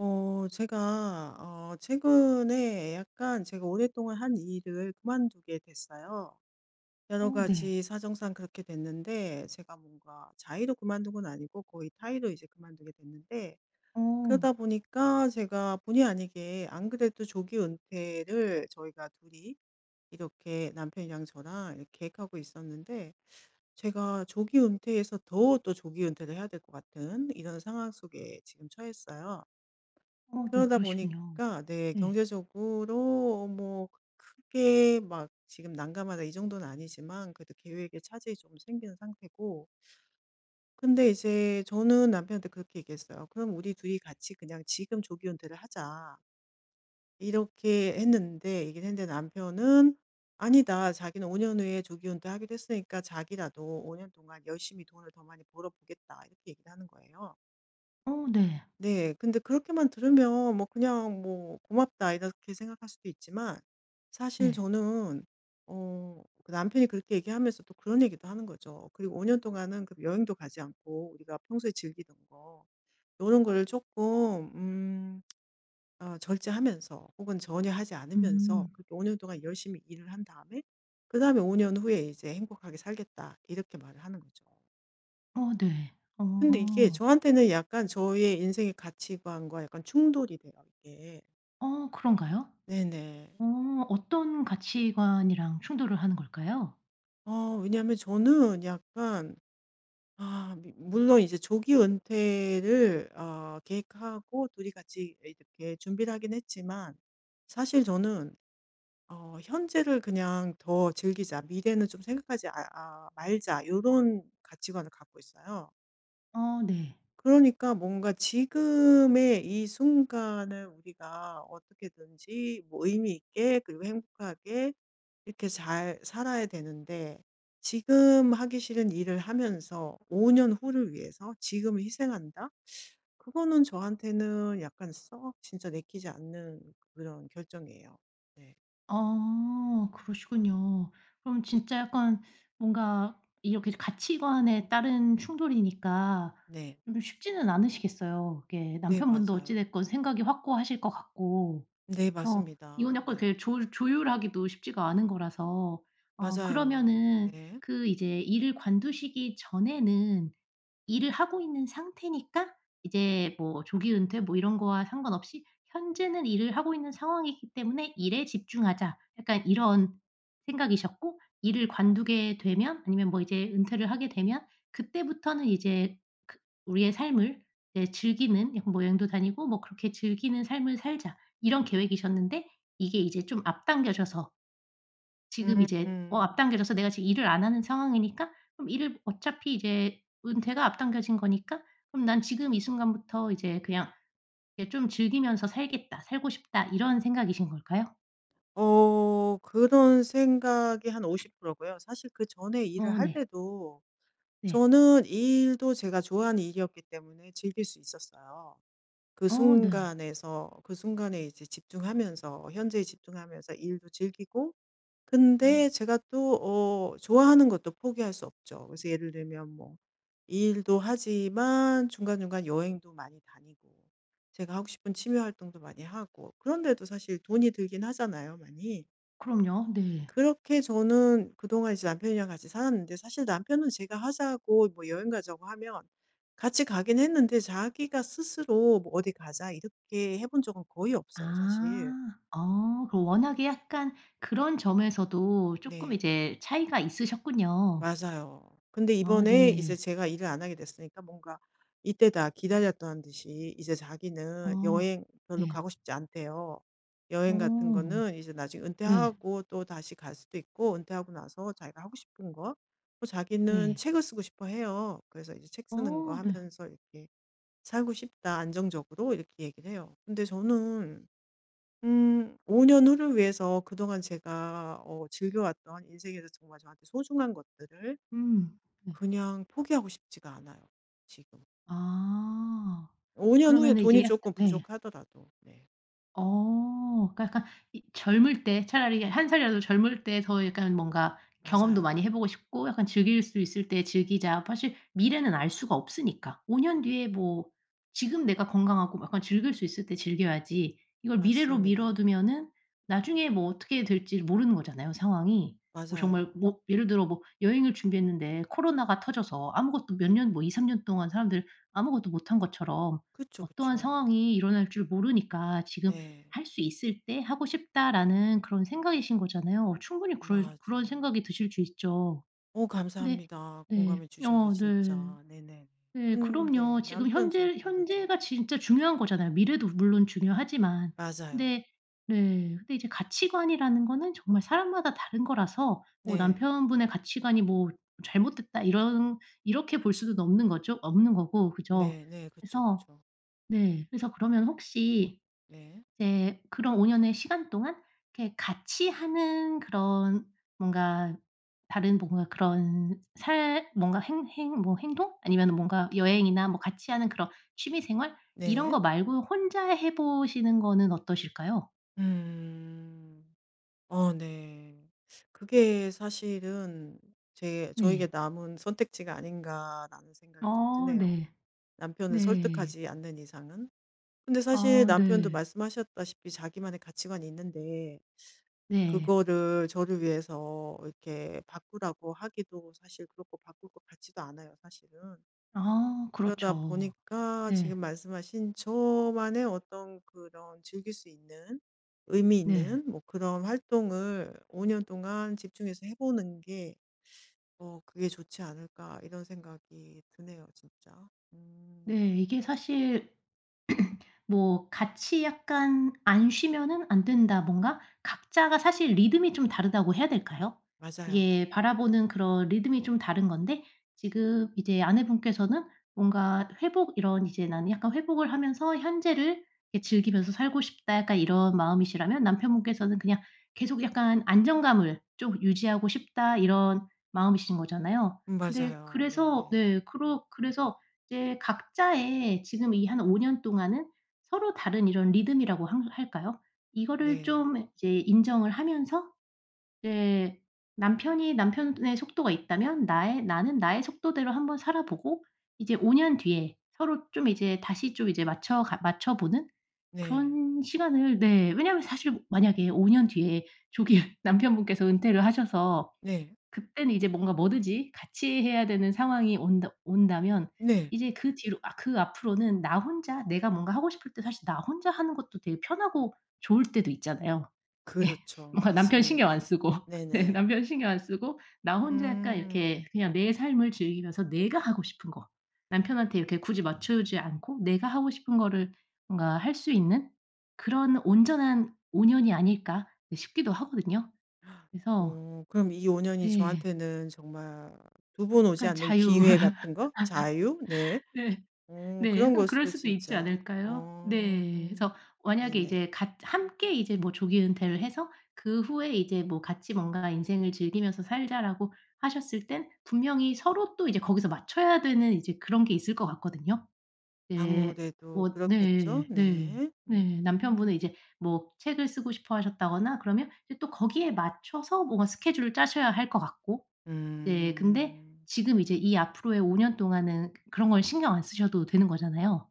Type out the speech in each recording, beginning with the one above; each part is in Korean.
제가 최근에 약간 제가 오랫동안 한 일을 그만두게 됐어요. 어 여러 네. 가지 사정상 그렇게 됐는데 제가 뭔가 자의로 그만둔 건 아니고 거의 타의로 이제 그만두게 됐는데 어. 그러다 보니까 제가 본의 아니게 안 그래도 조기 은퇴를 저희가 둘이 이렇게 남편이랑 저랑 이렇게 계획하고 있었는데 제가 조기 은퇴에서 더 또 조기 은퇴를 해야 될 것 같은 이런 상황 속에 지금 처했어요. 어 네, 그러다 그러시군요. 보니까 네, 네. 경제적으로 뭐 크게 막 지금 난감하다 이 정도는 아니지만 그래도 계획에 차질이 좀 생기는 상태고 근데 이제 저는 남편한테 그렇게 얘기했어요. "그럼 우리 둘이 같이 그냥 지금 조기은퇴를 하자." 이렇게 했는데 얘기를 했는데 남편은 "아니다. 자기는 5년 후에 조기은퇴하기로 했으니까 자기라도 5년 동안 열심히 돈을 더 많이 벌어 보겠다." 이렇게 얘기를 하는 거예요. 어 네. 네. 근데 그렇게만 들으면 뭐 그냥 뭐 '고맙다.' 이렇게 생각할 수도 있지만 사실 네. 저는 그 남편이 그렇게 얘기하면서 또 그런 얘기도 하는 거죠. "그리고 5년 동안은 그 여행도 가지 않고 우리가 평소에 즐기던 거 이런 거를 조금 절제하면서 혹은 전혀 하지 않으면서 음. 그렇게 5년 동안 열심히 일을 한 다음에 그다음에 5년 후에 이제 행복하게 살겠다." 이렇게 말을 하는 거죠. 어 네. 근데 이게 어. 저한테는 약간 저의 인생의 가치관과 약간 충돌이 돼요, 이게. 어 그런가요? 네네. 어 어떤 가치관이랑 충돌을 하는 걸까요? 어 왜냐하면 저는 약간 아 미 물론 이제 조기 은퇴를 계획하고 둘이 같이 이렇게 준비를 하긴 했지만 사실 저는 어 '현재를 그냥 더 즐기자. 미래는 좀 생각하지 말자.' 이런 가치관을 갖고 있어요. 어 네. 그러니까 뭔가 지금의 이 순간을 우리가 어떻게든지 뭐 의미 있게 그리고 행복하게 이렇게 잘 살아야 되는데 지금 하기 싫은 일을 하면서 5년 후를 위해서 지금을 희생한다? 그거는 저한테는 약간 썩 진짜 내키지 않는 그런 결정이에요. 네. 어 그러시군요. 그럼 진짜 약간 뭔가 이렇게 가치관에 따른 충돌이니까 네. 좀 쉽지는 않으시겠어요. 이게 네, 남편분도 어찌 맞아요. 됐건 생각이 확고하실 것 같고. 네, 어. 이건 맞습니다. 약간 네. 이렇게 조 조율하기도 쉽지가 않은 거라서 어 맞아요. 그러면은 네. 그 이제 일을 관두시기 전에는 일을 하고 있는 상태니까 이제 뭐 조기 은퇴 뭐 이런 거와 상관없이 '현재는 일을 하고 있는 상황이기 때문에 일에 집중하자.' 약간 이런 생각이셨고, 일을 관두게 되면 아니면 뭐 이제 은퇴를 하게 되면 그때부터는 이제 그 우리의 삶을 이제 즐기는 약간 뭐 여행도 다니고 뭐 '그렇게 즐기는 삶을 살자.' 이런 계획이셨는데, 이게 이제 좀 앞당겨져서 지금 음. 이제 어 음. 앞당겨져서 내가 지금 일을 안 하는 상황이니까 그럼 일을 어차피 이제 은퇴가 앞당겨진 거니까 그럼 '난 지금 이 순간부터 이제 그냥 이게 좀 즐기면서 살겠다. 살고 싶다.' 이런 생각이신 걸까요? 어 그런 생각이 한 50% 고요. 사실 그전에 일을 어 할 네. 때도 네. 저는 이 일도 제가 좋아하는 일이었기 때문에 즐길 수 있었어요. 그 어 네. 순간에서 그 순간에 이제 집중하면서 현재에 집중하면서 일도 즐기고 근데 제가 또 좋아하는 것도 포기할 수 없죠. 그래서 예를 들면 뭐 이 일도 하지만 중간중간 여행도 많이 다니고 제가 하고 싶은 취미 활동도 많이 하고 그런데도 사실 돈이 들긴 하잖아요 많이. 그럼요. 네. 그렇게 저는 그동안 이제 남편이랑 같이 살았는데 사실 남편은 제가 하자고 뭐 여행 가자고 하면 같이 가긴 했는데 자기가 스스로 뭐 어디 가자 이렇게 해본 적은 거의 없어요, 사실. 아. 어 그럼 워낙에 약간 그런 점에서도 쪼끔 네. 이제 차이가 있으셨군요. 맞아요. 근데 아 이번에 이제 네. 제가 일을 안 하게 됐으니까 뭔가 이때다 기다렸던 듯이 이제 어. 자기는 여행 별로 네. 가고 싶지 않대요. 여행 같은 어. 거는 이제 나중에 네. 은퇴하고 또 다시 갈 수도 있고 은퇴하고 나서 자기가 하고 싶은 거, 뭐 자기는 네. 책을 쓰고 싶어 해요. 그래서 이제 책 쓰는 거 어 네. 하면서 이렇게 살고 싶다, 안정적으로 이렇게 얘기를 해요. 근데 저는 5년 후를 위해서 그동안 제가 어, 즐겨왔던 인생에서 정말 저한테 소중한 것들을 음. 네. 그냥 포기하고 싶지가 않아요, 지금. 아. 5년 후에 그러면은 돈이 이제 약간 조금 네. 부족하더라도. 네. 어. 그러니까 약간 이 젊을 때, 차라리 한 살이라도 젊을 때 더 약간 뭔가 경험도 맞아요. 많이 해 보고 싶고, 약간 즐길 수 있을 때 즐기자. 사실 미래는 알 수가 없으니까. 5년 뒤에 뭐 지금 내가 건강하고 약간 즐길 수 있을 때 즐겨야지, 이걸 미래로 미뤄 맞습니다. 두면은 나중에 뭐 어떻게 될지 모르는 거잖아요, 상황이. 뭐 정말 맞아요. 뭐 예를 들어 뭐 여행을 준비했는데 코로나가 터져서 아무것도 몇 년 뭐 2-3년 동안 사람들 아무것도 못한 것처럼 그쵸, 어떠한 그쵸. 상황이 일어날 줄 모르니까 지금 네. 할 수 있을 때 하고 싶다라는 그런 생각이신 거잖아요. 어, 충분히 그럴 그런 맞아요. 생각이 드실 수 있죠. 어 감사합니다. 네. 공감해 네. 주셔서 어 네. 진짜. 네네. 네 근데 그럼요. 지금 남편은 좀 다르죠. 현재가 진짜 중요한 거잖아요. 미래도 물론 중요하지만. 맞아요. 근데 네. 근데 이제 가치관이라는 거는 정말 사람마다 다른 거라서 뭐 네. 남편분의 가치관이 뭐 '잘못됐다.' 이런 이렇게 볼 수는 없는 거죠, 없는 거고. 그죠? 네네. 그쵸, 그래서 그쵸. 네. 그래서 그러면 혹시 네. 이제 그런 5 년의 시간 동안 이렇게 같이 하는 그런 뭔가 다른 뭔가 그런 살 뭔가 행행 뭐 행동 아니면 뭔가 여행이나 뭐 같이 하는 그런 취미 생활, 이런 네. 거 말고 혼자 해 보시는 거는 어떠실까요? 음. 어 네. 그게 사실은 제 저에게 네. 남은 선택지가 아닌가라는 생각이 좀 어 드네요, 네. 남편을 네. 설득하지 않는 이상은. 근데 사실 아 남편도 네. 말씀하셨다시피 자기만의 가치관이 있는데 네. 그거를 저를 위해서 이렇게 바꾸라고 하기도 사실 그렇고 바꿀 것 같지도 않아요, 사실은. 아 그러다 그렇죠. 보니까 네. 지금 말씀하신 저만의 어떤 그런 즐길 수 있는 의미 네. 있는 뭐 그런 활동을 5년 동안 집중해서 해보는 게 어, 그게 좋지 않을까 이런 생각이 드네요, 진짜. 네. 이게 사실 뭐 같이 약간 '안 쉬면은 안 된다.' 뭔가 각자가 사실 리듬이 좀 다르다고 해야 될까요? 맞아요. 이게 바라보는 그런 리듬이 좀 다른 건데 지금 이제 아내분께서는 뭔가 회복 이런 이제 '나는 약간 회복을 하면서 현재를 이렇게 즐기면서 살고 싶다.' 약간 이런 마음이시라면, 남편분께서는 그냥 계속 약간 '안정감을 좀 유지하고 싶다.' 이런 마음이신 거잖아요. 네. 근데 맞아요. 그래서 네네. 네 그러 그래서 이제 각자의 지금 이 한 5년 동안은 서로 다른 이런 리듬이라고 한 할까요? 이거를 네. 좀 이제 인정을 하면서 이제 남편이 남편의 속도가 있다면 나의 나는 나의 속도대로 한번 살아 보고 이제 5년 뒤에 서로 좀 이제 다시 좀 이제 맞춰 보는 네. 그런 시간을. 네. 왜냐하면 사실 만약에 5년 뒤에 조기 남편분께서 은퇴를 하셔서 네. 그때는 이제 뭔가 뭐든지 같이 해야 되는 상황이 온다면 네. 이제 그 뒤로 아 그 앞으로는 나 혼자 내가 뭔가 하고 싶을 때, 사실 나 혼자 하는 것도 되게 편하고 좋을 때도 있잖아요. 예. 그렇죠. 뭔가 남편 신경 안 맞습니다. 쓰고 네 네네. 남편 신경 안 쓰고 나 혼자 약간 음. 이렇게 그냥 내 삶을 즐기면서 내가 하고 싶은 거, 남편한테 이렇게 굳이 맞춰주지 않고 내가 하고 싶은 거를 뭔가 할 수 있는 그런 '온전한 5 년이 아닐까.' 네 싶기도 하거든요. 그래서 어 그럼 이 5 년이 네. 저한테는 정말 2번 오지 약간 않는 자유. 기회 같은 거? 자유? 네. 네. 어 네. 그런 걸 약간 그럴 수도 수도 있지 진짜. 않을까요? 어 네. 그래서 만약에 네네. 이제 같 함께 이제 뭐 조기 은퇴를 해서 그 후에 이제 뭐 같이 뭔가 "인생을 즐기면서 살자."라고 하셨을 땐 분명히 서로 또 이제 거기서 맞춰야 되는 이제 그런 게 있을 것 같거든요. 네. 아무래도 뭐 그렇겠죠? 네. 네. 네. 네. 남편분은 음. 이제 뭐 책을 쓰고 싶어 하셨다거나 그러면 이제 또 거기에 맞춰서 뭔가 스케줄을 짜셔야 할 것 같고, 이제 근데 음. 지금 이제 이 앞으로의 5년 동안은 그런 걸 신경 안 쓰셔도 되는 거잖아요.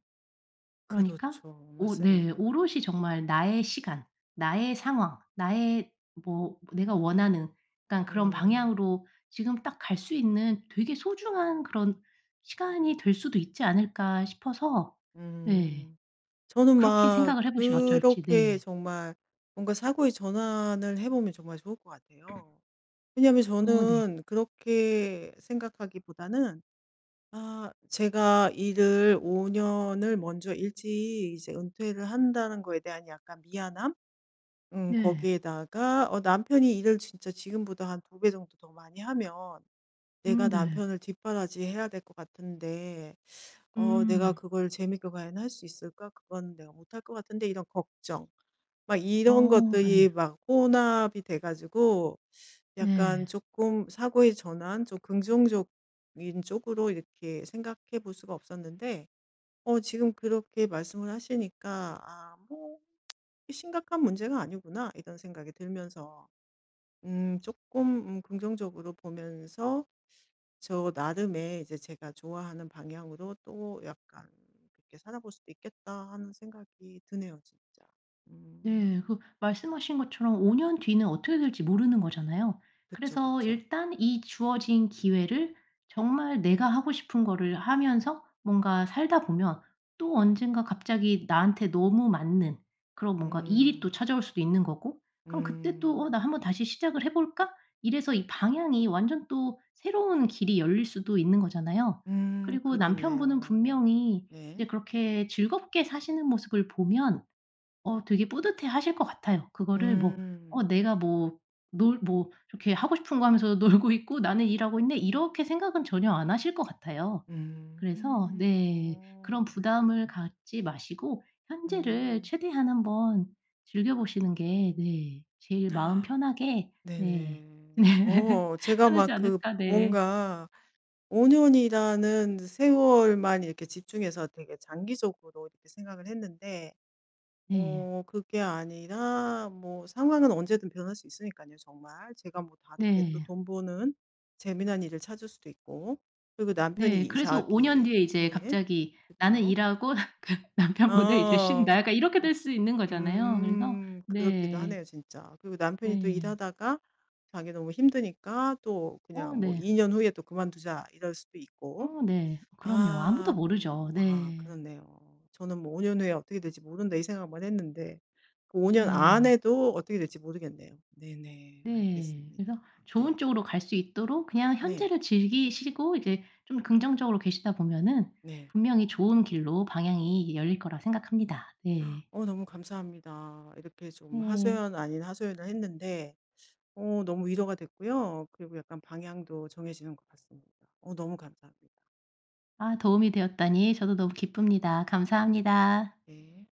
그러니까 그렇죠. 오 네. 맞습니다. 오롯이 정말 나의 시간, 나의 상황, 나의 뭐 내가 원하는 약간 그런 음. 방향으로 지금 딱 갈 수 있는 되게 소중한 그런 시간이 될 수도 있지 않을까 싶어서. 네. 음. 저는 그렇게 막 생각을 해 보시면 어쩔지. 그렇게 네. 정말 뭔가 사고의 전환을 해 보면 정말 좋을 것 같아요. 왜냐하면 어 네. 저는 그렇게 생각하기보다는 아 제가 일을 5 년을 먼저 일찍 이제 은퇴를 한다는 거에 대한 약간 미안함? 네. 거기에다가 어 남편이 일을 진짜 지금보다 한 2배 정도 더 많이 하면 내가 네. 남편을 뒷바라지해야 될 것 같은데 어 '내가 음. 그걸 재밌게 과연 할 수 있을까? 그건 내가 못할 것 같은데.' 이런 걱정. 막 이런 어 것들이 예. 막 혼합이 돼 가지고 약간 네. 조금 사고의 전환 좀 긍정적인 쪽으로 이렇게 생각해 볼 수가 없었는데 어 지금 그렇게 말씀을 하시니까 '아 뭐 심각한 문제가 아니구나.' 이런 생각이 들면서 조금 긍정적으로 보면서 저 나름의 이제 제가 좋아하는 방향으로 또 약간 그렇게 살아볼 수도 있겠다 하는 생각이 드네요 진짜. 네. 음. 그 말씀하신 것처럼 5년 뒤는 어떻게 될지 모르는 거잖아요. 그쵸, 그래서 그쵸. 일단 이 주어진 기회를 정말 내가 하고 싶은 거를 하면서 뭔가 살다 보면 또 언젠가 갑자기 나한테 너무 맞는 그런 뭔가 일이 또 음. 찾아올 수도 있는 거고, 그럼 그때 또 '어 음. 나 한번 다시 시작을 해 볼까?' 이래서 이 방향이 완전 또 새로운 길이 열릴 수도 있는 거잖아요. 그리고 남편분은 그렇네요. 분명히 네. 이제 그렇게 즐겁게 사시는 모습을 보면 어 되게 뿌듯해하실 것 같아요. 그거를 뭐 '어 음. 내가 뭐 놀 뭐 이렇게 하고 싶은 거 하면서 놀고 있고 나는 일하고 있네.' 이렇게 생각은 전혀 안 하실 것 같아요. 그래서 음. 네 어. 그런 부담을 갖지 마시고 현재를 음. 최대한 한번 즐겨 보시는 게 네 제일 마음 아, 편하게 네. 네네. 네. 어 제가 편하지 막 그 않을까 네. 뭔가 5 년이라는 세월만 이렇게 집중해서 되게 장기적으로 이렇게 생각을 했는데 네. 어 그게 아니라 뭐 상황은 언제든 변할 수 있으니까요 정말. 제가 뭐 다르게 또 네. 돈 버는 재미난 일을 찾을 수도 있고 그리고 남편이 네. 이 그래서 5년 자기 뒤에 이제 네. 갑자기 '나는 그쵸. 일하고 그 남편분은 이제 아. 음 쉰다.' 약간 이렇게 될 수 있는 거잖아요. 그래서 그렇기도 네. 하네요 진짜. 그리고 남편이 또 네. 일하다가 자기 너무 힘드니까 또 어 그냥 뭐 네. 2년 후에 또 그만두자 이럴 수도 있고. 어 네. 그럼요. 아무도 아. 모르죠. 음. 아 네. 그렇네요. 저는 뭐 '5 년 후에 어떻게 될지 모른다.' 이 생각만 했는데 그 5 년 네. 안에도 어떻게 될지 모르겠네요. 네네. 네. 알겠습니다. 그래서 좋은 네. 쪽으로 갈 수 있도록 그냥 네. 현재를 즐기시고 이제 좀 긍정적으로 계시다 보면은 네. 분명히 좋은 길로 방향이 열릴 거라 생각합니다. 네. 어 너무 감사합니다. 이렇게 좀 네. 하소연 아닌 하소연을 했는데 어 너무 위로가 됐고요. 그리고 약간 방향도 정해지는 것 같습니다. 어 너무 감사합니다. 아 도움이 되었다니 저도 너무 기쁩니다. 감사합니다. 네.